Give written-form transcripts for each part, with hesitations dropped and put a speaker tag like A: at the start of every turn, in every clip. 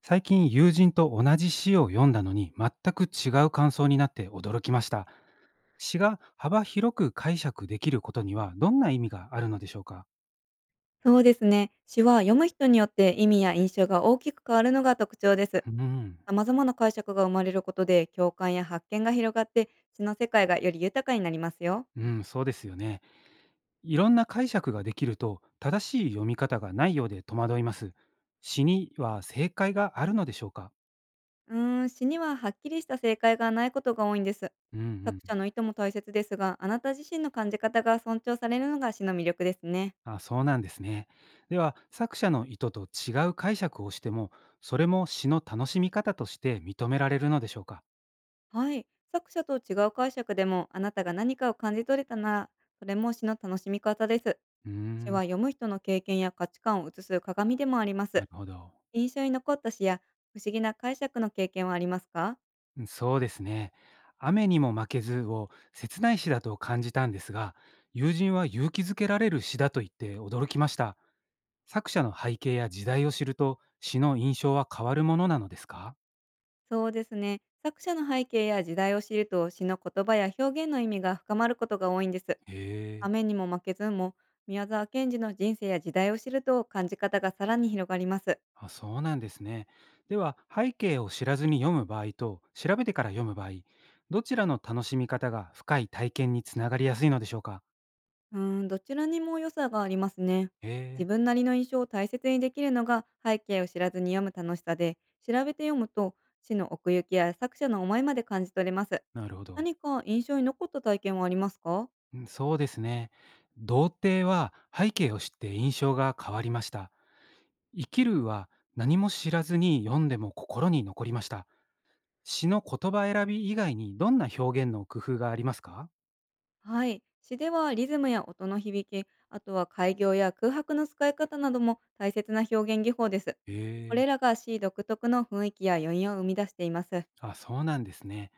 A: 最近友人と同じ詩を読んだのに全く違う感想になって驚きました。詩が幅広く解釈できることにはどんな意味があるのでしょうか？
B: そうですね。詩は読む人によって意味や印象が大きく変わるのが特徴です。
A: うん、
B: 様々な解釈が生まれることで共感や発見が広がって、詩の世界がより豊かになりますよ。
A: うん、そうですよね。いろんな解釈ができると正しい読み方がないようで戸惑います。詩には正解があるのでしょうか？
B: うーん、詩にははっきりした正解がないことが多いんです。
A: うんうん。
B: 作者の意図も大切ですが、あなた自身の感じ方が尊重されるのが詩の魅力ですね。
A: あ、そうなんですね。では作者の意図と違う解釈をしてもそれも詩の楽しみ方として認められるのでしょうか？
B: はい。作者と違う解釈でもあなたが何かを感じ取れたなら、それも詩の楽しみ方です。
A: うー
B: 詩
A: ん、
B: は読む人の経験や価値観を映す鏡でもありま
A: な
B: す。
A: るほど。
B: 印象に残った詩や不思議な解釈の経験はありますか？
A: うん、そうですね。雨にも負けずを切ない詩だと感じたんですが、友人は勇気づけられる詩だと言って驚きました。作者の背景や時代を知ると詩の印象は変わるものなのですか？
B: そうですね。作者の背景や時代を知ると詩の言葉や表現の意味が深まることが多いんです。
A: へえ、
B: 雨にも負けずも、宮沢賢治の人生や時代を知ると感じ方がさらに広がります。
A: あ、そうなんですね。では、背景を知らずに読む場合と調べてから読む場合、どちらの楽しみ方が深い体験につながりやすいのでしょうか？
B: うーん、どちらにも良さがありますね。
A: へ
B: 自
A: え、
B: 分なりの印象を大切にできるのが背景を知らずに読む楽しさで、調べて読むと詩の奥行きや作者の思いまで感じ取れます。
A: なるほど。
B: 何か印象に残った体験はありますか？
A: うん、そうですね。童貞は背景を知って印象が変わりました。生きるは何も知らずに読んでも心に残りました。詩の言葉選び以外にどんな表現の工夫がありますか？
B: はい。詩ではリズムや音の響き、あとは開業や空白の使い方なども大切な表現技法です。こ
A: へ
B: れ
A: え。
B: らが詩独特の雰囲気や余韻を生み出しています。
A: あ、そうなんですね。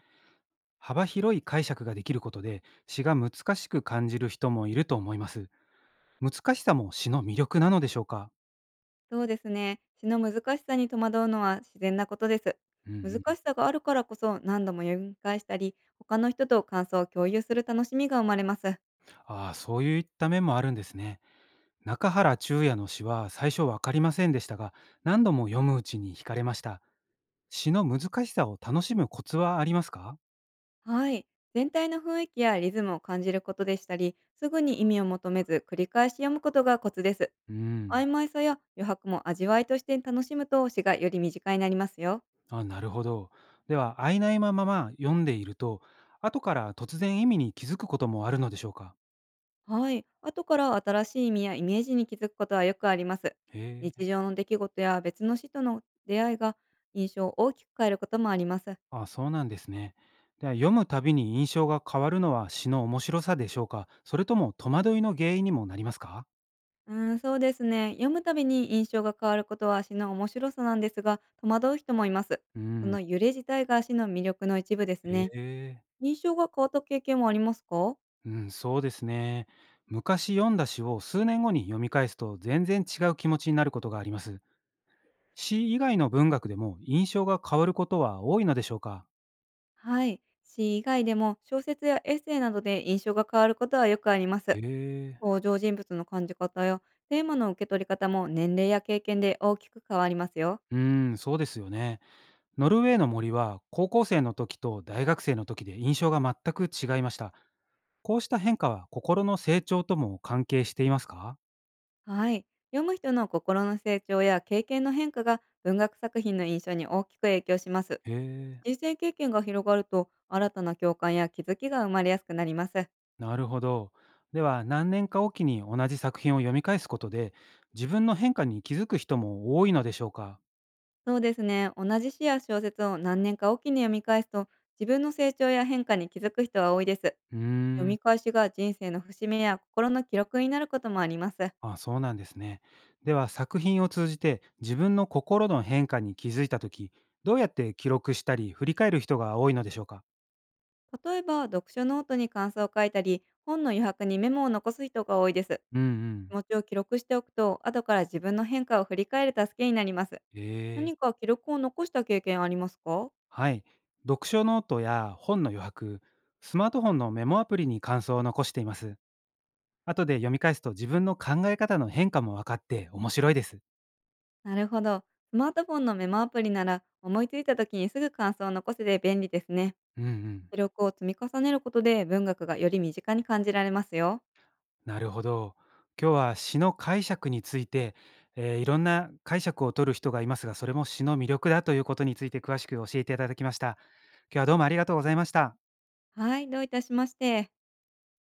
A: 幅広い解釈ができることで詩が難しく感じる人もいると思います。難しさも詩の魅力なのでしょうか？
B: そうですね。詩の難しさに戸惑うのは自然なことです。
A: うんう
B: 難
A: ん。
B: しさがあるからこそ、何度も読み返したり、他の人と感想を共有する楽しみが生まれます。
A: ああ、そういった面もあるんですね。中原中也の詩は最初わかりませんでしたが、何度も読むうちに惹かれました。詩の難しさを楽しむコツはありますか？
B: はい。全体の雰囲気やリズムを感じることでしたり、すぐに意味を求めず繰り返し読むことがコツです。
A: うん。
B: 曖昧さや余白も味わいとして楽しむと、詩がより身近になりますよ。
A: あ、なるほど。では、曖昧なまま読んでいると、後から突然意味に気づくこともあるのでしょうか？
B: はい。後から新しい意味やイメージに気づくことはよくあります。
A: へ
B: 日
A: え。
B: 常の出来事や別の詩との出会いが、印象を大きく変えることもあります。
A: あ、そうなんですね。では、読むたびに印象が変わるのは詩の面白さでしょうか？それとも戸惑いの原因にもなりますか？
B: うーん、そうですね。読むたびに印象が変わることは詩の面白さなんですが、戸惑う人もいます。
A: う
B: そ
A: ん。
B: の揺れ自体が詩の魅力の一部です
A: へ
B: ね。
A: え。
B: 印象が変わった経験もありますか？
A: うん、そうですね。昔読んだ詩を数年後に読み返すと全然違う気持ちになることがあります。詩以外の文学でも印象が変わることは多いのでしょうか？
B: はい。詩以外でも小説やエッセイなどで印象が変わることはよくありま
A: へ
B: す。
A: え。
B: 登場人物の感じ方や、テーマの受け取り方も年齢や経験で大きく変わりますよ。
A: うーん、そうですよね。ノルウェーの森は高校生の時と大学生の時で印象が全く違いました。こうした変化は心の成長とも関係していますか？
B: はい。読む人の心の成長や経験の変化が文学作品の印象に大きく影響します。
A: へえ。
B: 人生経験が広がると、新たな共感や気づきが生まれやすくなります。
A: なるほど。では何年かおきに同じ作品を読み返すことで自分の変化に気づく人も多いのでしょうか？
B: そうですね。同じ詩や小説を何年かおきに読み返すと、自分の成長や変化に気づく人は多いです。
A: うー
B: 読
A: ん、
B: み返しが人生の節目や心の記録になることもあります。
A: あ、そうなんですね。では作品を通じて自分の心の変化に気づいたとき、どうやって記録したり振り返る人が多いのでしょうか？
B: 例えば、読書ノートに感想を書いたり、本の余白にメモを残す人が多いです。
A: うんうん。
B: 気持ちを記録しておくと、後から自分の変化を振り返る助けになります。
A: ええ、
B: 何か記録を残した経験ありますか？
A: はい。読書ノートや本の余白、スマートフォンのメモアプリに感想を残しています。後で読み返すと自分の考え方の変化も分かって面白いです。
B: なるほど。スマートフォンのメモアプリなら、思いついた時にすぐ感想を残せて便利ですね。
A: うんうん。
B: 記録を積み重ねることで文学がより身近に感じられますよ。
A: なるほど。今日は詩の解釈について、いろんな解釈を取る人がいますが、それも詩の魅力だということについて詳しく教えていただきました。今日はどうもありがとうございました。
B: はい、どういたしまして。